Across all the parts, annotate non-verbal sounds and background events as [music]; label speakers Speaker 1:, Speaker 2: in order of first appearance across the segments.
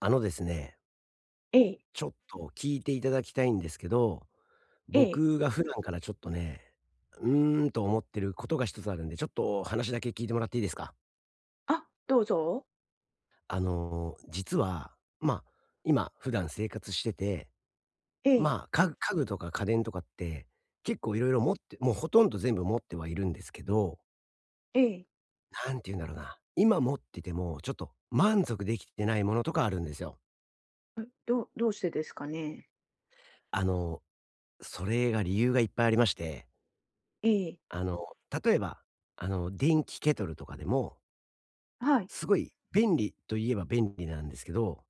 Speaker 1: あのですね、
Speaker 2: ええ、
Speaker 1: ちょっと聞いていただきたいんですけど、
Speaker 2: ええ。
Speaker 1: 僕が普段からちょっとね、うーんと思ってることが一つあるんで、ちょっと話だけ聞いてもらっていいですか？
Speaker 2: あ、どうぞ。
Speaker 1: 実は、ま、あ今普段生活してて、
Speaker 2: ええ、
Speaker 1: 家具とか家電とかって結構いろいろ持ってもうほとんど全部持ってはいるんですけど、
Speaker 2: ええ。
Speaker 1: なんて言うんだろうな、今持っててもちょっと満足できてないものとかあるんですよ。
Speaker 2: どうしてですかね？
Speaker 1: あの、それが理由がいっぱいありまして
Speaker 2: ええ、
Speaker 1: あの、例えば、電気ケトルとかでも、
Speaker 2: はい、
Speaker 1: すごい便利といえば便利なんですけど、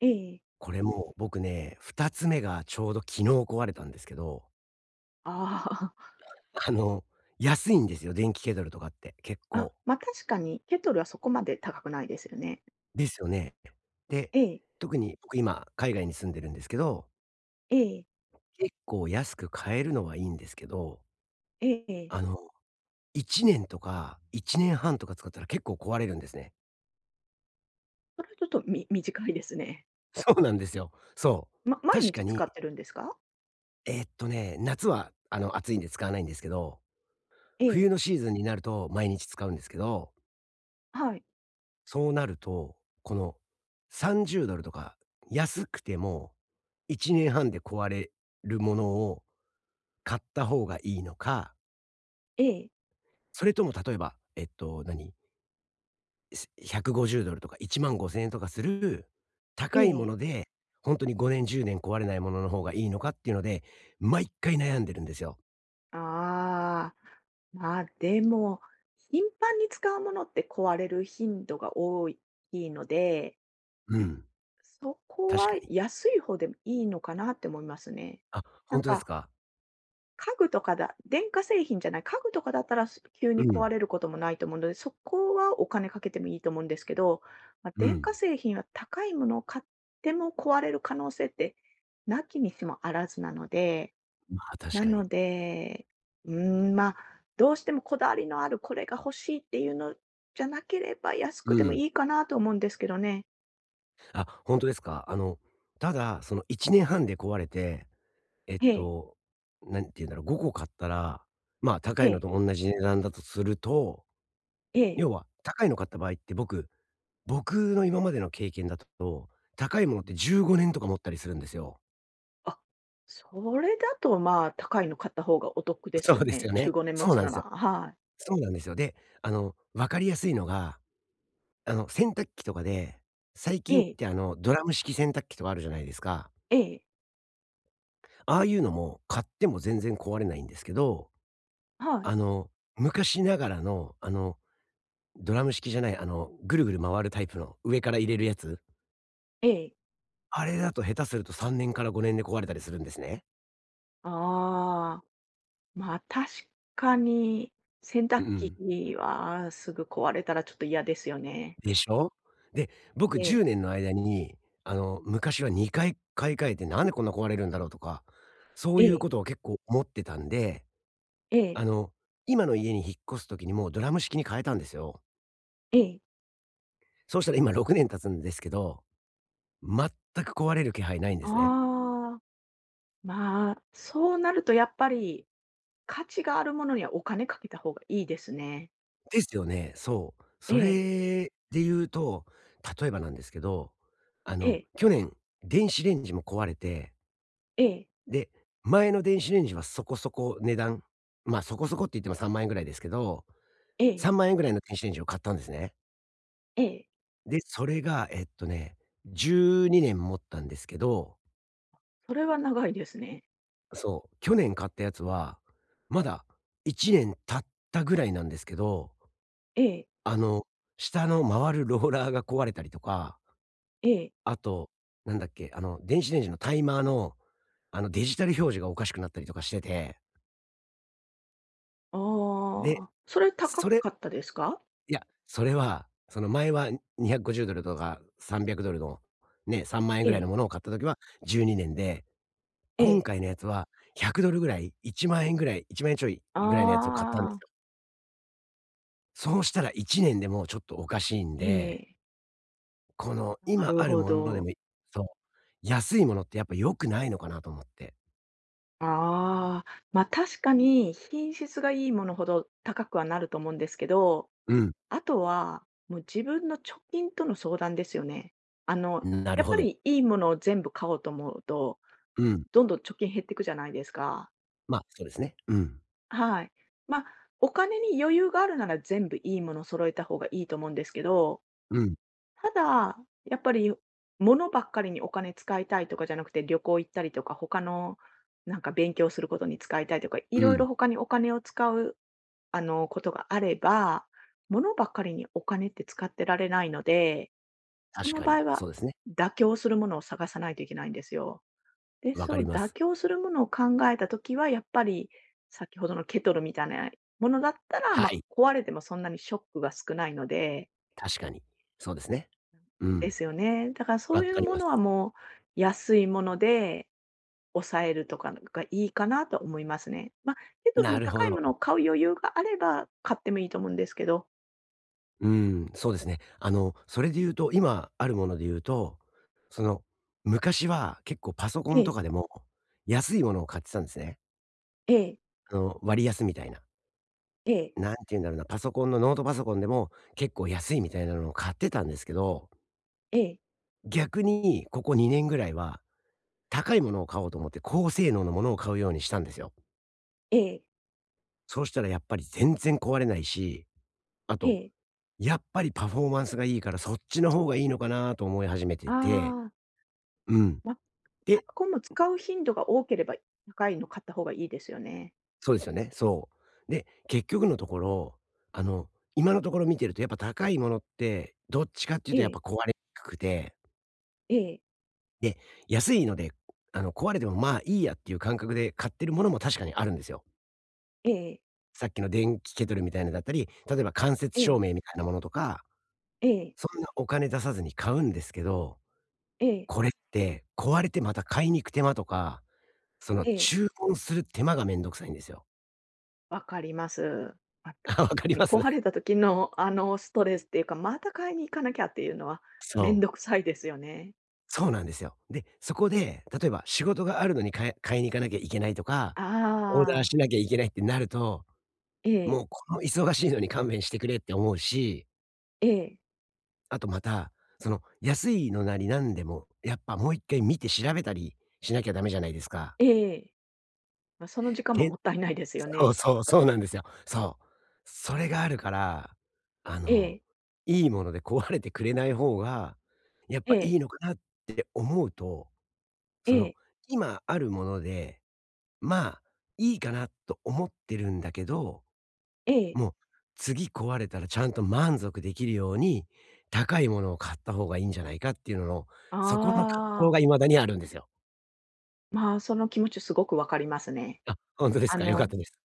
Speaker 2: ええ。
Speaker 1: これも僕ね、2つ目がちょうど昨日壊れたんですけど、
Speaker 2: あ
Speaker 1: あの、安いんですよ、電気ケトルとかって結
Speaker 2: あ、[laughs] あ、
Speaker 1: 構。
Speaker 2: ま、確かにケトルはそこまで高くないですよね。
Speaker 1: ですよね。で、
Speaker 2: ええ、
Speaker 1: 特に僕今海外に住んでるんですけど、
Speaker 2: ええ、
Speaker 1: 結構安く買えるのはいいんですけど、
Speaker 2: ええ。
Speaker 1: あの、1年とか1年半とか使ったら結構壊れるんですね。
Speaker 2: それはちょっと短いですね。
Speaker 1: そうなんですよ。そう。
Speaker 2: 毎
Speaker 1: 確か
Speaker 2: 日使っ
Speaker 1: に
Speaker 2: てるんですか？
Speaker 1: 夏は暑いんで使わないんですけど、
Speaker 2: ええ、
Speaker 1: 冬のシーズンになると毎日使うんですけど、
Speaker 2: はい、
Speaker 1: そうなると、この $30 とか、安くても1年半で壊れるものを買った方がいいのか、
Speaker 2: ええ、
Speaker 1: それとも例えば、$150 とか $15,000 とかする
Speaker 2: え
Speaker 1: 高いも
Speaker 2: え。
Speaker 1: ので、本当に5年10年壊れないものの方がいいのかっていうので、毎回悩んでるんですよ。
Speaker 2: ああ、ま、でも、頻繁に使うものって壊れる頻度が多いので
Speaker 1: うん、
Speaker 2: そこ
Speaker 1: 確
Speaker 2: は
Speaker 1: かに。
Speaker 2: 安い方でもいいのかなって思いますね。
Speaker 1: あ、
Speaker 2: なん
Speaker 1: 本当です
Speaker 2: か、
Speaker 1: か？
Speaker 2: 家具とかだ電化製品じゃない、家具とかだったら、急
Speaker 1: う
Speaker 2: に壊
Speaker 1: ん。
Speaker 2: れることもないと思うので、そこはお金かけてもいいと思うんですけど、まあ、
Speaker 1: う
Speaker 2: 電
Speaker 1: ん。
Speaker 2: 化製品は高いものを買っても壊れる可能性って、なきにしもあらずなので、
Speaker 1: まあ、確
Speaker 2: な
Speaker 1: かに。
Speaker 2: ので、まあ、どうしてもこだわりのあるこれが欲しいっていうのじゃなければ、安
Speaker 1: う
Speaker 2: くても
Speaker 1: ん。
Speaker 2: いいかなと思うんですけどね。
Speaker 1: あ、ほんとですか。ただ、その1年半で壊れて、えっ
Speaker 2: ええ、
Speaker 1: と、何て言うんだろう、5個買ったら、まあ、高
Speaker 2: え
Speaker 1: いの
Speaker 2: え、
Speaker 1: とおんなじ値段だとすると、
Speaker 2: ええ。
Speaker 1: 要は高いの買った場合って僕の今までの経験だと、高いものって15年とか持ったりするんですよ。
Speaker 2: あ、それだと、まあ、高いの買った方がお得です
Speaker 1: そ
Speaker 2: よ
Speaker 1: うです
Speaker 2: ね。
Speaker 1: よ
Speaker 2: 15
Speaker 1: ね。
Speaker 2: 年持
Speaker 1: そう
Speaker 2: つ
Speaker 1: なんで
Speaker 2: な
Speaker 1: す
Speaker 2: ら、
Speaker 1: よ。
Speaker 2: はい。
Speaker 1: そうなんですよ。で、分かりやすいのが、洗濯機とかで、最
Speaker 2: え
Speaker 1: 近っ
Speaker 2: え、
Speaker 1: てドラム式洗濯機とかあるじゃないですか。
Speaker 2: ええ、
Speaker 1: ああいうのも買っても全然壊れないんですけど、
Speaker 2: はい、
Speaker 1: あの、昔ながらの、ドラム式じゃない、ぐるぐる回るタイプの上から入れるやつ、
Speaker 2: ええ。
Speaker 1: あれだと下手すると3年から5年で壊れたりするんですね。
Speaker 2: ああ、まあ、確かに、洗
Speaker 1: うん
Speaker 2: 濯
Speaker 1: うん。
Speaker 2: 機はすぐ壊れたらちょっと嫌ですよね。
Speaker 1: でしょ？で、僕
Speaker 2: ええ、
Speaker 1: 10年の間に、昔は2回買い替えてなんでこんな壊れるんだろうとか、そ
Speaker 2: え
Speaker 1: ういう
Speaker 2: え、
Speaker 1: ことを結構思ってたんで、
Speaker 2: え
Speaker 1: あ
Speaker 2: え、
Speaker 1: の、今の家に引っ越す時にもうドラム式に変えたんですよ。
Speaker 2: ええ。
Speaker 1: そうしたら今6年経つんですけど全く壊れる気配ないんですね。
Speaker 2: ああ、まあ、そうなるとやっぱり、価値があるものにはお金かけた方がいいですね。
Speaker 1: ですよね、そう。
Speaker 2: え
Speaker 1: そ
Speaker 2: え、
Speaker 1: れで言うと、例えばなんですけど、
Speaker 2: ええ、
Speaker 1: 去年、電子レンジも壊れて、
Speaker 2: ええ、
Speaker 1: で、前の電子レンジはそこそこ値段、そこそこって言っても3万円ぐらいですけど、
Speaker 2: ええ、
Speaker 1: 3万円ぐらいの電子レンジを買ったんですね。
Speaker 2: ええ。
Speaker 1: で、それが、12年持ったんですけど、
Speaker 2: それは長いですね。
Speaker 1: そう、去年買ったやつは、まだ1年経ったぐらいなんですけど
Speaker 2: ええ、
Speaker 1: あの、下の回るローラーが壊れたりとか、
Speaker 2: ええ。
Speaker 1: あと、なんだっけ、電子レンジのタイマーの、デジタル表示がおかしくなったりとかしてて、で、
Speaker 2: ああ、それ高
Speaker 1: それ
Speaker 2: かったですか？
Speaker 1: いや、それは、その前は $250 とか $300 のね、3万円
Speaker 2: え
Speaker 1: ぐらいの
Speaker 2: え、
Speaker 1: ものを買った時は12年で、
Speaker 2: え
Speaker 1: 今
Speaker 2: え。
Speaker 1: 回のやつは $100 ぐらい、1万円ぐらい、1万円ちょいぐらいのやつを買ったんです
Speaker 2: あ
Speaker 1: よ。
Speaker 2: あ、
Speaker 1: そうしたら1年でもうちょっとおかしいん
Speaker 2: え
Speaker 1: で
Speaker 2: え。
Speaker 1: この
Speaker 2: な
Speaker 1: 今
Speaker 2: る
Speaker 1: ある
Speaker 2: ほ
Speaker 1: もので
Speaker 2: ど。
Speaker 1: もそう、安いものってやっぱ良くないのかなと思って。
Speaker 2: ああ、ま、確かに品質がいいものほど高くはなると思うんですけど、
Speaker 1: う
Speaker 2: あとは、もう自分の貯金との相談ですよね。あの、
Speaker 1: ん、なる
Speaker 2: やっ
Speaker 1: ほ
Speaker 2: ぱ
Speaker 1: ど。
Speaker 2: りいいものを全部買おうと思うと、
Speaker 1: うん、
Speaker 2: どんどん貯金減っていくじゃないですか。
Speaker 1: そうですね。うん、
Speaker 2: はい。まあ、お金に余裕があるなら全部いいもの揃えた方がいいと思うんですけど
Speaker 1: うん、
Speaker 2: ただ、やっぱり物ばっかりにお金使いたいとかじゃなくて、旅行行ったりとか、他のなんか勉強することに使いたいとか、い
Speaker 1: う
Speaker 2: ろい
Speaker 1: ん、
Speaker 2: ろ他にお金を使う、あの、ことがあれば、物ばっかりにお金って使ってられないので、そ
Speaker 1: 確
Speaker 2: の
Speaker 1: かに、
Speaker 2: 場合は
Speaker 1: そうですね。
Speaker 2: 妥協するものを探さないといけないんですよ。で、
Speaker 1: わか
Speaker 2: そ
Speaker 1: り
Speaker 2: う、
Speaker 1: ま
Speaker 2: 妥
Speaker 1: す。
Speaker 2: 協するものを考えたときは、やっぱり先ほどのケトルみたいなものだったら、
Speaker 1: は
Speaker 2: まあ、
Speaker 1: い、
Speaker 2: 壊れてもそんなにショックが少ないので、
Speaker 1: 確かに。そうですね。う
Speaker 2: で
Speaker 1: ん、
Speaker 2: すよね。だからそ
Speaker 1: わ
Speaker 2: ういう
Speaker 1: かり
Speaker 2: も
Speaker 1: ま
Speaker 2: の
Speaker 1: す。
Speaker 2: はもう安いもので抑えるとかがいいかなと思いますね。まあ、ケトル
Speaker 1: な
Speaker 2: も
Speaker 1: るほ
Speaker 2: 高いもの
Speaker 1: ど。
Speaker 2: を買う余裕があれば買ってもいいと思うんですけど。
Speaker 1: うん、そうですね。それで言うと、今あるもので言うと、その、昔は結構パソコ
Speaker 2: え
Speaker 1: ンと
Speaker 2: え、
Speaker 1: かでも、安いものを買ってたんですね。
Speaker 2: ええ、
Speaker 1: 割安みたいな。
Speaker 2: ええ、
Speaker 1: なんて言うんだろうな、パソコンのノートパソコンでも、結構安いみたいなのを買ってたんですけど、
Speaker 2: ええ、
Speaker 1: 逆にここ2年ぐらいは、高いものを買おうと思って高性能のものを買うようにしたんですよ。
Speaker 2: ええ、
Speaker 1: そうしたらやっぱり全然壊れないし、あ
Speaker 2: え
Speaker 1: と、
Speaker 2: え。
Speaker 1: やっぱりパフォーマンスがいいからそっちの方がいいのかなと思い始めてて、
Speaker 2: ああ、
Speaker 1: うん。
Speaker 2: まあ、パ
Speaker 1: で、
Speaker 2: ソコンも使う頻度が多ければ高いの買った方がいいですよね。
Speaker 1: そうですよね、そう。で、結局のところ、あの、今のところ見てるとやっぱ高いものって、どっちかっていう
Speaker 2: え
Speaker 1: とやっぱ
Speaker 2: え、
Speaker 1: 壊れにくくて
Speaker 2: ええ、
Speaker 1: で、安いので、壊れてもまあいいやっていう感覚で買ってるものも確かにあるんですよ。
Speaker 2: ええ、
Speaker 1: さっきの電気ケトルみたいなのだったり、例えば間接
Speaker 2: え
Speaker 1: 照
Speaker 2: え、
Speaker 1: 明みたいなものとか、
Speaker 2: ええ、
Speaker 1: そんなお金出さずに買うんですけど、
Speaker 2: ええ、
Speaker 1: これって壊れてまた買いに行く手間とか、その
Speaker 2: ええ。
Speaker 1: 注文する手間がめんどくさいんですよ。
Speaker 2: わかります。まあ、確
Speaker 1: [laughs] あ、わか
Speaker 2: か
Speaker 1: り
Speaker 2: に
Speaker 1: ます？
Speaker 2: 壊れた時の、あの、ストレスっていうか、また買いに行かなきゃっていうのは
Speaker 1: そ
Speaker 2: めんど
Speaker 1: う。
Speaker 2: くさいですよね。
Speaker 1: そうなんですよ。で、そこで、例えば仕事があるのに買いに行かなきゃいけないとか、オーダー
Speaker 2: ああ、
Speaker 1: しなきゃいけないってなると、
Speaker 2: ええ、
Speaker 1: もうこの忙しいのに勘弁してくれって思うし
Speaker 2: ええ、
Speaker 1: あとまた、その安いのなりなんでも、やっぱもう一回見て調べたりしなきゃダメじゃないですか。
Speaker 2: ええ。ま、その時間も
Speaker 1: で
Speaker 2: もったいないですよ
Speaker 1: そう
Speaker 2: ね。
Speaker 1: そう、そうなんですよ。そう。それがあるから、あ
Speaker 2: え
Speaker 1: の、
Speaker 2: え、
Speaker 1: いいもので壊れてくれない方が、やっ
Speaker 2: え
Speaker 1: ぱ
Speaker 2: え、
Speaker 1: いいのかなって思うと、
Speaker 2: え
Speaker 1: その、
Speaker 2: え、
Speaker 1: 今あるもので、まあ、いいかなと思ってるんだけど
Speaker 2: ええ。
Speaker 1: もう、次壊れたらちゃんと満足できるように、高いものを買った方がいいんじゃないかっていうのの、
Speaker 2: あ
Speaker 1: そこの葛藤
Speaker 2: あ、
Speaker 1: が未だにあるんですよ。
Speaker 2: まあ、その気持ちすごくわかりますね。
Speaker 1: あ、ほんとです
Speaker 2: あ
Speaker 1: か。良かっ
Speaker 2: の
Speaker 1: たです。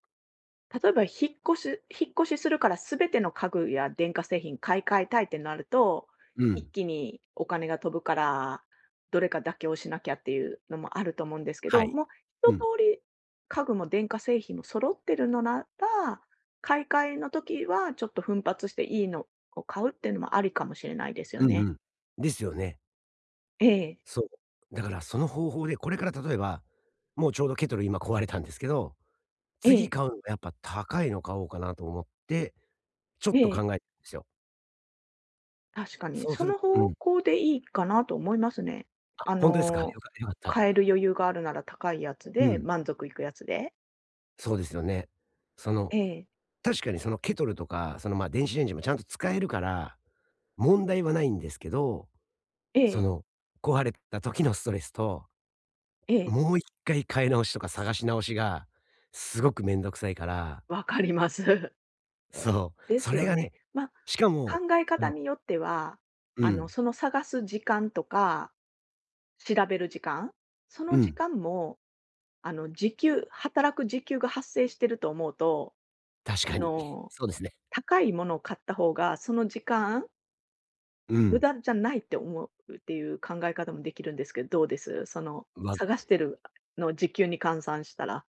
Speaker 2: 例えば、っ越し引っ越しするから全ての家具や電化製品買い替えたいってなると、
Speaker 1: う
Speaker 2: 一
Speaker 1: ん。
Speaker 2: 気にお金が飛ぶから、どれか妥協しなきゃっていうのもあると思うんですけ
Speaker 1: は
Speaker 2: ど、
Speaker 1: い。
Speaker 2: もう一
Speaker 1: うん。
Speaker 2: 通り家具も電化製品も揃ってるのなら、買い替えの時はちょっと奮発していいのを買うっていうのもありかもしれないですよ
Speaker 1: うんう
Speaker 2: ね。
Speaker 1: ん。ですよね。
Speaker 2: ええ。
Speaker 1: そう。だからその方法で、これから例えば、もうちょうどケトル今壊れたんですけど、
Speaker 2: え
Speaker 1: 次
Speaker 2: え。
Speaker 1: 買うのはやっぱ高いの買おうかなと思って、ちょっ
Speaker 2: え
Speaker 1: と考
Speaker 2: え。
Speaker 1: えてるんですよ。
Speaker 2: 確かに、
Speaker 1: そう
Speaker 2: そ
Speaker 1: する
Speaker 2: の
Speaker 1: う
Speaker 2: 方
Speaker 1: ん。
Speaker 2: 向でいいかなと思いますね。
Speaker 1: あ、
Speaker 2: あ
Speaker 1: ほんとですか。
Speaker 2: の、
Speaker 1: よかった。
Speaker 2: 買える余裕があるなら高いやつ
Speaker 1: う
Speaker 2: で、
Speaker 1: ん。
Speaker 2: 満足いくやつで。
Speaker 1: そうですよね。その
Speaker 2: ええ、
Speaker 1: 確かにそのケトルとか、その、電子レンジもちゃんと使えるから、問題はないんですけど、
Speaker 2: え
Speaker 1: そ
Speaker 2: え、
Speaker 1: の、壊れた時のストレスと、
Speaker 2: ええ、
Speaker 1: もう一回買い直しとか探し直しが、すごくめんどくさいから、
Speaker 2: わかります。[laughs]
Speaker 1: そう、
Speaker 2: で
Speaker 1: そ
Speaker 2: す
Speaker 1: れ
Speaker 2: よ
Speaker 1: が
Speaker 2: ね。
Speaker 1: ね、
Speaker 2: ま
Speaker 1: しか
Speaker 2: あ、
Speaker 1: も、
Speaker 2: 考え
Speaker 1: あ
Speaker 2: 方
Speaker 1: の
Speaker 2: によっては、
Speaker 1: う
Speaker 2: あの、
Speaker 1: ん、
Speaker 2: その探す時間とか、調べる時間、そ
Speaker 1: う
Speaker 2: の時
Speaker 1: ん、
Speaker 2: 間も、あの、働く時給が発生してると思うと、
Speaker 1: 確
Speaker 2: あ
Speaker 1: かに。[laughs]
Speaker 2: の、
Speaker 1: そうですね。
Speaker 2: 高いものを買った方が、その時間
Speaker 1: う
Speaker 2: 無
Speaker 1: ん、
Speaker 2: 駄じゃないって思うっていう考え方もできるんですけど、どうです？その、
Speaker 1: わ
Speaker 2: 探してるのを時給に換算したら。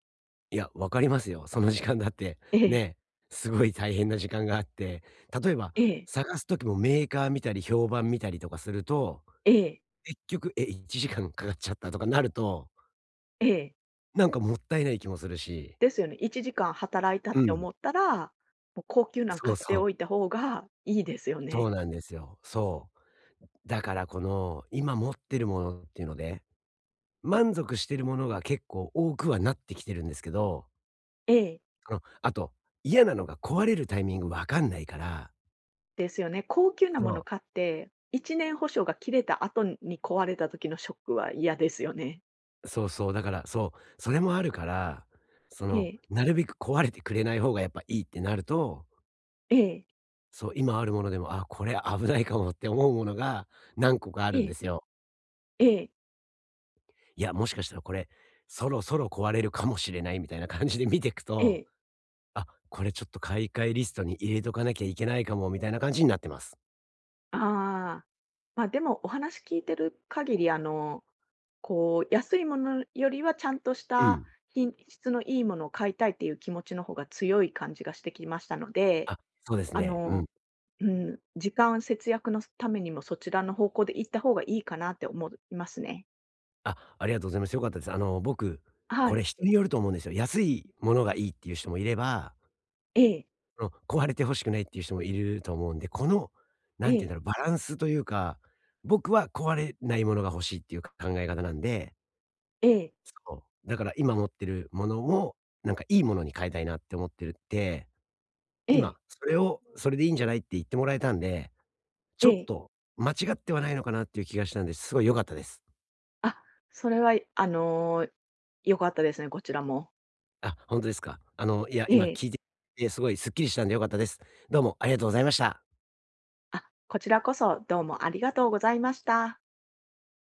Speaker 1: いや、分かりますよ。その時間だって、
Speaker 2: ええ、
Speaker 1: ね、すごい大変な時間があって、例えば、
Speaker 2: ええ、
Speaker 1: 探す時もメーカー見たり評判見たりとかすると
Speaker 2: ええ、
Speaker 1: 結局、え、1時間かかっちゃったとかなると、
Speaker 2: ええ。
Speaker 1: なんかもったいない気もするし。
Speaker 2: ですよね。1時間働いたっ
Speaker 1: う
Speaker 2: て
Speaker 1: ん。
Speaker 2: 思ったら、もう高級なん
Speaker 1: そ
Speaker 2: 買
Speaker 1: う
Speaker 2: って
Speaker 1: そう。
Speaker 2: おいた方がいいですよ
Speaker 1: そ
Speaker 2: ね。
Speaker 1: うなんですよ。そう。だからこの、今持ってるものっていうので、満足してるものが結構多くはなってきてるんですけど、
Speaker 2: ええ、
Speaker 1: その、あと、嫌なのが壊れるタイミングわかんないから、
Speaker 2: ですよね。高級な
Speaker 1: そ
Speaker 2: もの買
Speaker 1: う。
Speaker 2: って、1年保証が切れた後に壊れた時のショックは嫌ですよね。
Speaker 1: そうそう、だから、そう、それもあるから、そ
Speaker 2: え
Speaker 1: の、
Speaker 2: え、
Speaker 1: なるべく壊れてくれない方がやっぱいいってなると
Speaker 2: ええ、
Speaker 1: そう、今あるものでも、あ、これ危ないかもって思うものが何個かあ
Speaker 2: え
Speaker 1: るんで
Speaker 2: え、
Speaker 1: すよ。
Speaker 2: ええ、
Speaker 1: いや、もしかしたらこれ、そろそろ壊れるかもしれないみたいな感じで見ていく
Speaker 2: え
Speaker 1: と、
Speaker 2: え。
Speaker 1: あ、これちょっと買い替えリストに入れとかなきゃいけないかもみたいな感じになってます。
Speaker 2: ああ。ま、でもお話聞いてる限り、あの、こう、安いものよりはちゃんとし
Speaker 1: う
Speaker 2: た
Speaker 1: ん。
Speaker 2: 品質のいいものを買いたいっていう気持ちの方が強い感じがしてきましたので、
Speaker 1: あ、そうです
Speaker 2: あ
Speaker 1: ね。うん。
Speaker 2: の、うん、時間節約のためにもそちらの方向で行った方がいいかなって思いますね。
Speaker 1: あ、ありがとうございます。良かったです。僕、
Speaker 2: は
Speaker 1: こ
Speaker 2: い。
Speaker 1: れ人によると思うんですよ。安いものがいいっていう人もいれば
Speaker 2: ええ、
Speaker 1: うん、壊れて欲しくないっていう人もいると思うんで、この、な
Speaker 2: え
Speaker 1: んて言うん
Speaker 2: え、
Speaker 1: だろう、バランスというか、僕は壊れないものが欲しいっていう考え方なんで、
Speaker 2: ええ、
Speaker 1: そう、だから今持ってるものも、なんかいいものに変えたいなって思ってるって、
Speaker 2: ええ。
Speaker 1: 今それをそれでいいんじゃないって言ってもらえたんで、ち
Speaker 2: え
Speaker 1: ょっ
Speaker 2: え。
Speaker 1: と間違ってはないのかなっていう気がしたんで、すごい良かったです。
Speaker 2: あ、それは、あの、良かったですね、こちらも。
Speaker 1: あ、本当ですか。いや、
Speaker 2: え
Speaker 1: 今
Speaker 2: え。
Speaker 1: 聞いてすごいスッキリしたんで良かったです。どうもありがとうございました。
Speaker 2: あ、こちらこそどうもありがとうございました。